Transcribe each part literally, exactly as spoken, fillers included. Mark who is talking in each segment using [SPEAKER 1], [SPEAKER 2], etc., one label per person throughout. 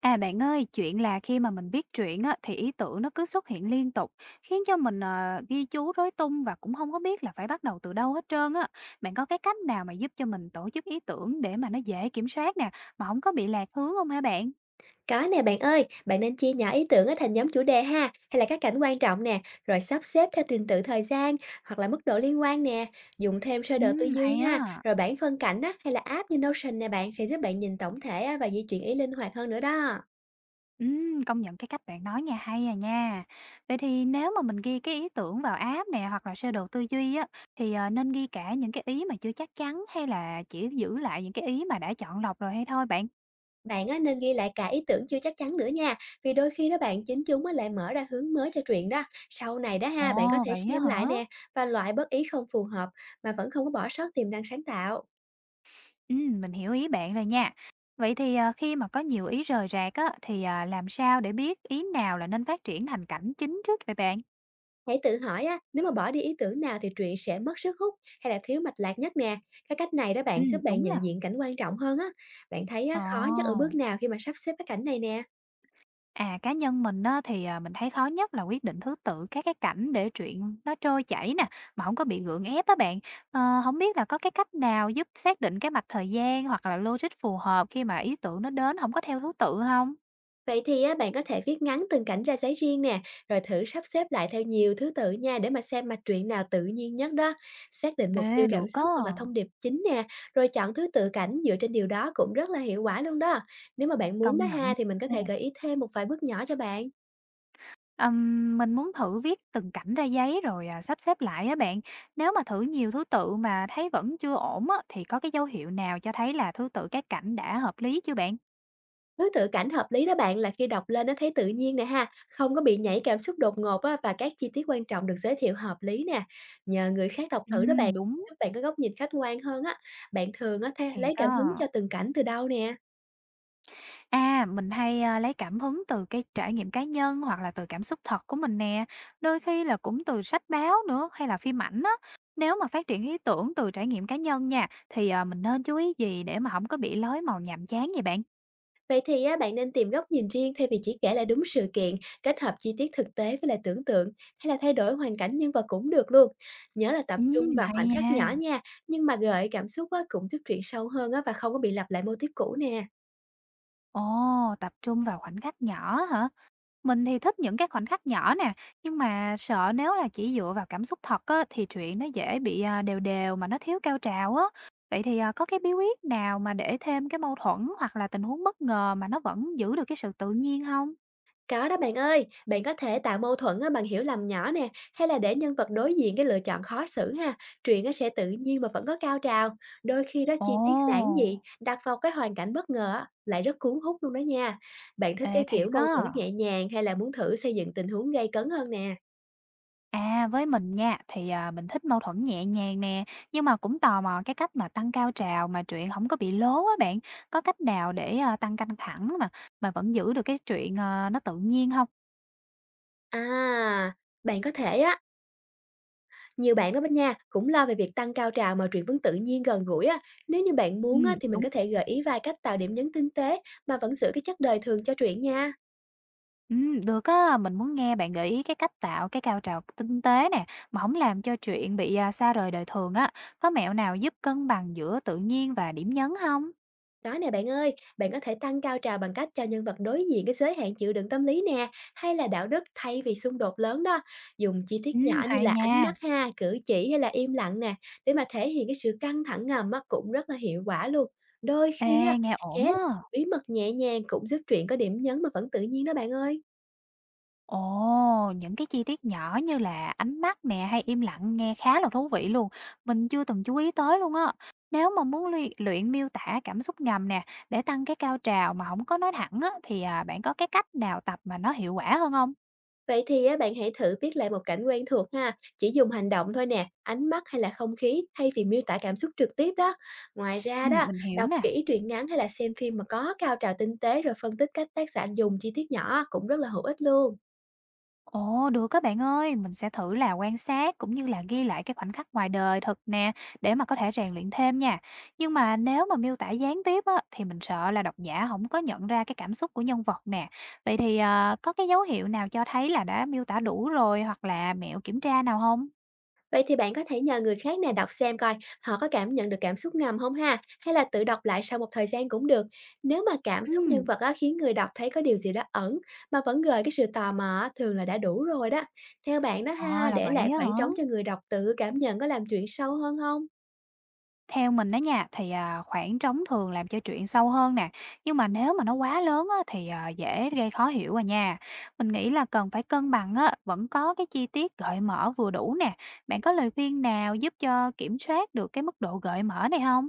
[SPEAKER 1] À, bạn ơi, chuyện là khi mà mình viết truyện á, thì ý tưởng nó cứ xuất hiện liên tục, khiến cho mình, ờ, ghi chú rối tung và cũng không có biết là phải bắt đầu từ đâu hết trơn á. Bạn có cái cách nào mà giúp cho mình tổ chức ý tưởng để mà nó dễ kiểm soát nè, mà không có bị lạc hướng không hả bạn?
[SPEAKER 2] Có nè bạn ơi, bạn nên chia nhỏ ý tưởng á thành nhóm chủ đề ha, hay là các cảnh quan trọng nè, rồi sắp xếp theo trình tự thời gian hoặc là mức độ liên quan nè, dùng thêm sơ đồ tư
[SPEAKER 1] Ừm,
[SPEAKER 2] duy
[SPEAKER 1] hay
[SPEAKER 2] ha,
[SPEAKER 1] á.
[SPEAKER 2] rồi bảng phân cảnh á, hay là app như Notion nè bạn sẽ giúp bạn nhìn tổng thể á, và di chuyển ý linh hoạt hơn nữa đó.
[SPEAKER 1] Ừm, công nhận cái cách bạn nói nghe hay à nha. Vậy thì nếu mà mình ghi cái ý tưởng vào app nè, hoặc là sơ đồ tư duy á, thì, ờ, nên ghi cả những cái ý mà chưa chắc chắn hay là chỉ giữ lại những cái ý mà đã chọn lọc rồi hay thôi bạn?
[SPEAKER 2] Bạn á, nên ghi lại cả ý tưởng chưa chắc chắn nữa nha, vì đôi khi đó bạn chính chúng á, lại mở ra hướng mới cho truyện đó. Sau này đó ha, bạn có
[SPEAKER 1] Ồ,
[SPEAKER 2] thể
[SPEAKER 1] vậy á
[SPEAKER 2] xem lại
[SPEAKER 1] hả?
[SPEAKER 2] nè và loại bất ý không phù hợp mà vẫn không có bỏ sót tiềm năng sáng tạo.
[SPEAKER 1] Ừm, mình hiểu ý bạn rồi nha. Vậy thì, ờ, khi mà có nhiều ý rời rạc á, thì, à, làm sao để biết ý nào là nên phát triển thành cảnh chính trước vậy bạn?
[SPEAKER 2] Hãy tự hỏi á, nếu mà bỏ đi ý tưởng nào thì truyện sẽ mất sức hút hay là thiếu mạch lạc nhất nè. Cái cách này đó bạn giúp
[SPEAKER 1] Ừm,
[SPEAKER 2] bạn
[SPEAKER 1] đúng là
[SPEAKER 2] nhận diện cảnh quan trọng hơn á. Bạn thấy á, khó nhất ở
[SPEAKER 1] ờ.
[SPEAKER 2] bước nào khi mà sắp xếp cái cảnh này nè?
[SPEAKER 1] À, cá nhân mình á, thì, à, mình thấy khó nhất là quyết định thứ tự các cái cảnh để truyện nó trôi chảy nè, mà không có bị gượng ép á bạn. Ờ, hổng biết là có cái cách nào giúp xác định cái mạch thời gian hoặc là logic phù hợp khi mà ý tưởng nó đến không có theo thứ tự không.
[SPEAKER 2] Vậy thì á, bạn có thể viết ngắn từng cảnh ra giấy riêng nè, rồi thử sắp xếp lại theo nhiều thứ tự nha để mà xem mạch truyện nào tự nhiên nhất đó. Xác định mục tiêu
[SPEAKER 1] Ê,
[SPEAKER 2] cảm Ừ.
[SPEAKER 1] được có
[SPEAKER 2] xúc hoặc là thông điệp chính nè, rồi chọn thứ tự cảnh dựa trên điều đó cũng rất là hiệu quả luôn đó. Nếu mà bạn muốn
[SPEAKER 1] công
[SPEAKER 2] đó ha
[SPEAKER 1] nhận.
[SPEAKER 2] thì mình có thể gợi ý thêm một vài bước nhỏ cho bạn.
[SPEAKER 1] Ừm, mình muốn thử viết từng cảnh ra giấy rồi, à, sắp xếp lại á bạn. Nếu mà thử nhiều thứ tự mà thấy vẫn chưa ổn á, thì có cái dấu hiệu nào cho thấy là thứ tự các cảnh đã hợp lý chưa bạn?
[SPEAKER 2] Đối tượng cảnh hợp lý đó bạn là khi đọc lên nó thấy tự nhiên nè ha, không có bị nhảy cảm xúc đột ngột á, và các chi tiết quan trọng được giới thiệu hợp lý nè. Nhờ người khác đọc thử đó bạn,
[SPEAKER 1] Ừm, đúng,
[SPEAKER 2] giúp bạn có góc nhìn khách quan hơn á. Bạn thường á thế lấy
[SPEAKER 1] thiệt
[SPEAKER 2] cảm hứng
[SPEAKER 1] á.
[SPEAKER 2] cho từng cảnh từ đâu nè?
[SPEAKER 1] À, mình hay, a, lấy cảm hứng từ cái trải nghiệm cá nhân hoặc là từ cảm xúc thật của mình nè, đôi khi là cũng từ sách báo nữa hay là phim ảnh á. Nếu mà phát triển ý tưởng từ trải nghiệm cá nhân nha, thì, ờ, mình nên chú ý gì để mà không có bị lối màu nhàm chán vậy bạn?
[SPEAKER 2] Vậy thì á, bạn nên tìm góc nhìn riêng thay vì chỉ kể lại đúng sự kiện, kết hợp chi tiết thực tế với lại tưởng tượng hay là thay đổi hoàn cảnh nhân vật cũng được luôn. Nhớ là tập trung
[SPEAKER 1] Ừm,
[SPEAKER 2] vào
[SPEAKER 1] hay
[SPEAKER 2] khoảnh khắc
[SPEAKER 1] nha.
[SPEAKER 2] nhỏ nha, nhưng mà gợi cảm xúc á, cũng giúp truyện sâu hơn á, và không có bị lặp lại mô típ cũ nè.
[SPEAKER 1] Ồ, tập trung vào khoảnh khắc nhỏ hả? Mình thì thích những cái khoảnh khắc nhỏ nè, nhưng mà sợ nếu là chỉ dựa vào cảm xúc thật á, thì chuyện nó dễ bị à, đều đều mà nó thiếu cao trào á. Vậy thì à, có cái bí quyết nào mà để thêm cái mâu thuẫn hoặc là tình huống bất ngờ mà nó vẫn giữ được cái sự tự nhiên không?
[SPEAKER 2] Có đó bạn ơi, bạn có thể tạo mâu thuẫn á bằng hiểu lầm nhỏ nè, hay là để nhân vật đối diện cái lựa chọn khó xử ha. Truyện nó sẽ tự nhiên mà vẫn có cao trào. Đôi khi đó
[SPEAKER 1] Ồ,
[SPEAKER 2] chi tiết giản dị, đặt vào cái hoàn cảnh bất ngờ á, lại rất cuốn hút luôn đó nha. Bạn thích
[SPEAKER 1] ê
[SPEAKER 2] cái kiểu
[SPEAKER 1] thiệt
[SPEAKER 2] mâu
[SPEAKER 1] á.
[SPEAKER 2] thuẫn nhẹ nhàng hay là muốn thử xây dựng tình huống gay cấn hơn nè?
[SPEAKER 1] À, với mình nha, thì, à, mình thích mâu thuẫn nhẹ nhàng nè, nhưng mà cũng tò mò cái cách mà tăng cao trào mà truyện không có bị lố á bạn. Có cách nào để, a, tăng căng thẳng mà mà vẫn giữ được cái truyện, ờ, nó tự nhiên không?
[SPEAKER 2] À, bạn có thể á, nhiều bạn đó bên nha, cũng lo về việc tăng cao trào mà truyện vẫn tự nhiên gần gũi á. Nếu như bạn
[SPEAKER 1] Ừ,
[SPEAKER 2] muốn á, thì mình
[SPEAKER 1] đúng.
[SPEAKER 2] có thể gợi ý vài cách tạo điểm nhấn tinh tế mà vẫn giữ cái chất đời thường cho truyện nha.
[SPEAKER 1] Ừm, được á, mình muốn nghe bạn gợi ý cái cách tạo cái cao trào tinh tế nè, mà hổng làm cho truyện bị, à, xa rời đời thường á. Có mẹo nào giúp cân bằng giữa tự nhiên và điểm nhấn không?
[SPEAKER 2] Đó nè bạn ơi, bạn có thể tăng cao trào bằng cách cho nhân vật đối diện cái giới hạn chịu đựng tâm lý nè, hay là đạo đức thay vì xung đột lớn đó. Dùng chi tiết
[SPEAKER 1] Ừm,
[SPEAKER 2] nhỏ như
[SPEAKER 1] hay
[SPEAKER 2] là ánh
[SPEAKER 1] nha.
[SPEAKER 2] mắt ha, cử chỉ hay là im lặng nè, để mà thể hiện cái sự căng thẳng ngầm á, cũng rất là hiệu quả luôn. Đôi
[SPEAKER 1] Ê,
[SPEAKER 2] khi á,
[SPEAKER 1] nghe ổn
[SPEAKER 2] ghé
[SPEAKER 1] á.
[SPEAKER 2] bí mật nhẹ nhàng cũng giúp truyện có điểm nhấn mà vẫn tự nhiên đó bạn ơi.
[SPEAKER 1] Ồ, những cái chi tiết nhỏ như là ánh mắt nè hay im lặng nghe khá là thú vị luôn. Mình chưa từng chú ý tới luôn á. Nếu mà muốn luyện, luyện miêu tả cảm xúc ngầm nè để tăng cái cao trào mà không có nói thẳng á thì à, bạn có cái cách nào tập mà nó hiệu quả hơn không?
[SPEAKER 2] Vậy thì á, bạn hãy thử viết lại một cảnh quen thuộc ha, chỉ dùng hành động thôi nè, ánh mắt hay là không khí thay vì miêu tả cảm xúc trực tiếp đó. Ngoài ra
[SPEAKER 1] Ừ,
[SPEAKER 2] đó,
[SPEAKER 1] mình hiểu
[SPEAKER 2] đọc
[SPEAKER 1] nè.
[SPEAKER 2] kỹ truyện ngắn hay là xem phim mà có cao trào tinh tế rồi phân tích cách tác giả dùng chi tiết nhỏ cũng rất là hữu ích luôn.
[SPEAKER 1] Ồ, được các bạn ơi, mình sẽ thử là quan sát cũng như là ghi lại cái khoảnh khắc ngoài đời thật nè để mà có thể rèn luyện thêm nha. Nhưng mà nếu mà miêu tả gián tiếp á, thì mình sợ là độc giả không có nhận ra cái cảm xúc của nhân vật nè. Vậy thì à, có cái dấu hiệu nào cho thấy là đã miêu tả đủ rồi hoặc là mẹo kiểm tra nào không?
[SPEAKER 2] Vậy thì bạn có thể nhờ người khác nè đọc xem coi họ có cảm nhận được cảm xúc ngầm không ha, hay là tự đọc lại sau một thời gian cũng được. Nếu mà cảm xúc nhân
[SPEAKER 1] Ừ,
[SPEAKER 2] vật á, khiến người đọc thấy có điều gì đó ẩn mà vẫn gợi cái sự tò mò á, thường là đã đủ rồi đó. Theo bạn đó
[SPEAKER 1] ờ
[SPEAKER 2] ha,
[SPEAKER 1] là
[SPEAKER 2] để
[SPEAKER 1] vậy
[SPEAKER 2] lại
[SPEAKER 1] á
[SPEAKER 2] khoảng
[SPEAKER 1] hả?
[SPEAKER 2] trống cho người đọc tự cảm nhận có làm chuyện sâu hơn không?
[SPEAKER 1] Theo mình á nha, thì, à, khoảng trống thường làm cho chuyện sâu hơn nè, nhưng mà nếu mà nó quá lớn á, thì, à, dễ gây khó hiểu à nha. Mình nghĩ là cần phải cân bằng á, vẫn có cái chi tiết gợi mở vừa đủ nè. Bạn có lời khuyên nào giúp cho kiểm soát được cái mức độ gợi mở này không?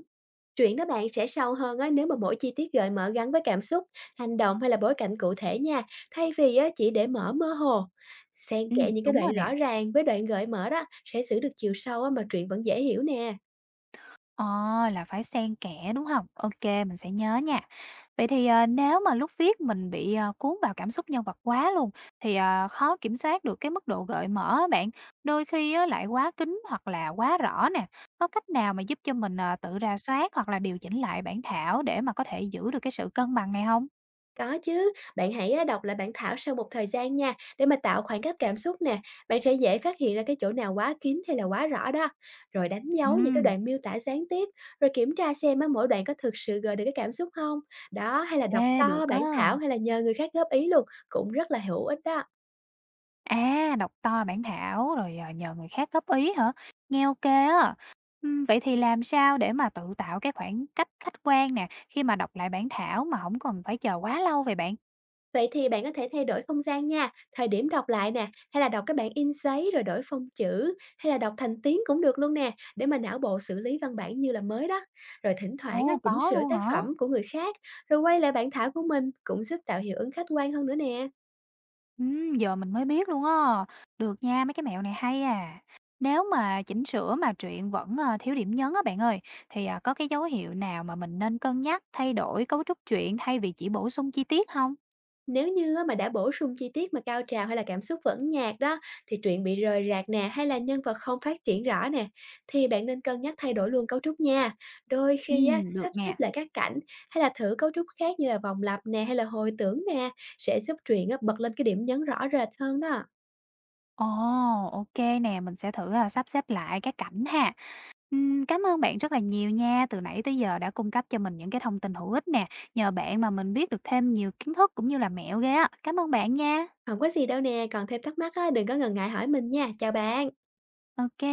[SPEAKER 2] Chuyện đó bạn sẽ sâu hơn á, nếu mà mỗi chi tiết gợi mở gắn với cảm xúc, hành động hay là bối cảnh cụ thể nha, thay vì á, chỉ để mở mơ hồ. Xen kẽ
[SPEAKER 1] Ừm,
[SPEAKER 2] những cái
[SPEAKER 1] đúng
[SPEAKER 2] đoạn
[SPEAKER 1] rồi nè.
[SPEAKER 2] rõ ràng với đoạn gợi mở đó sẽ giữ được chiều sâu á, mà truyện vẫn dễ hiểu nè.
[SPEAKER 1] Ờ, là phải xen kẽ, đúng không? OK, mình sẽ nhớ nha. Vậy thì, ờ, nếu mà lúc viết mình bị, ờ, cuốn vào cảm xúc nhân vật quá luôn, thì, ờ, khó kiểm soát được cái mức độ gợi mở á bạn, đôi khi á lại quá kín hoặc là quá rõ nè. Có cách nào mà giúp cho mình, ờ, tự rà soát hoặc là điều chỉnh lại bản thảo để mà có thể giữ được cái sự cân bằng này không?
[SPEAKER 2] Có chứ, bạn hãy, a, đọc lại bản thảo sau một thời gian nha, để mà tạo khoảng cách cảm xúc nè, bạn sẽ dễ phát hiện ra cái chỗ nào quá kín hay là quá rõ đó. Rồi đánh dấu những cái
[SPEAKER 1] Ừ,
[SPEAKER 2] đoạn miêu tả gián tiếp, rồi kiểm tra xem á mỗi đoạn có thực sự gợi được cái cảm xúc không. Đó, hay là đọc
[SPEAKER 1] ê,
[SPEAKER 2] to
[SPEAKER 1] được
[SPEAKER 2] bản
[SPEAKER 1] á.
[SPEAKER 2] thảo hay là nhờ người khác góp ý luôn, cũng rất là hữu ích đó.
[SPEAKER 1] À, đọc to bản thảo rồi, ờ, nhờ người khác góp ý hả? Nghe ok á. Ừm, vậy thì làm sao để mà tự tạo cái khoảng cách khách quan nè, khi mà đọc lại bản thảo mà không cần phải chờ quá lâu vậy bạn?
[SPEAKER 2] Vậy thì bạn có thể thay đổi không gian nha, thời điểm đọc lại nè, hay là đọc cái bản in giấy rồi đổi phông chữ, hay là đọc thành tiếng cũng được luôn nè, để mà não bộ xử lý văn bản như là mới đó. Rồi thỉnh thoảng á,
[SPEAKER 1] Ồ,
[SPEAKER 2] chỉnh
[SPEAKER 1] có
[SPEAKER 2] sửa
[SPEAKER 1] luôn
[SPEAKER 2] tác
[SPEAKER 1] hả?
[SPEAKER 2] phẩm của người khác, rồi quay lại bản thảo của mình cũng giúp tạo hiệu ứng khách quan hơn nữa nè.
[SPEAKER 1] Ừm, giờ mình mới biết luôn á. Được nha, mấy cái mẹo này hay à. Nếu mà chỉnh sửa mà truyện vẫn, ờ, thiếu điểm nhấn á bạn ơi, thì, à, có cái dấu hiệu nào mà mình nên cân nhắc thay đổi cấu trúc truyện thay vì chỉ bổ sung chi tiết không?
[SPEAKER 2] Nếu như á mà đã bổ sung chi tiết mà cao trào hay là cảm xúc vẫn nhạt đó, thì truyện bị rời rạc nè, hay là nhân vật không phát triển rõ nè, thì bạn nên cân nhắc thay đổi luôn cấu trúc nha. Đôi khi á,
[SPEAKER 1] Ừm, được
[SPEAKER 2] sắp xếp
[SPEAKER 1] nè.
[SPEAKER 2] lại các cảnh hay là thử cấu trúc khác như là vòng lặp nè hay là hồi tưởng nè, sẽ giúp truyện á, bật lên cái điểm nhấn rõ rệt hơn đó.
[SPEAKER 1] Ồ, ok nè, mình sẽ thử, à, sắp xếp lại các cảnh ha. Ừm, cám ơn bạn rất là nhiều nha, từ nãy tới giờ đã cung cấp cho mình những cái thông tin hữu ích nè, nhờ bạn mà mình biết được thêm nhiều kiến thức cũng như là mẹo ghê á. Cám ơn bạn nha.
[SPEAKER 2] Không có gì đâu nè, còn thêm thắc mắc á, đừng có ngần ngại hỏi mình nha. Chào bạn.
[SPEAKER 1] OK.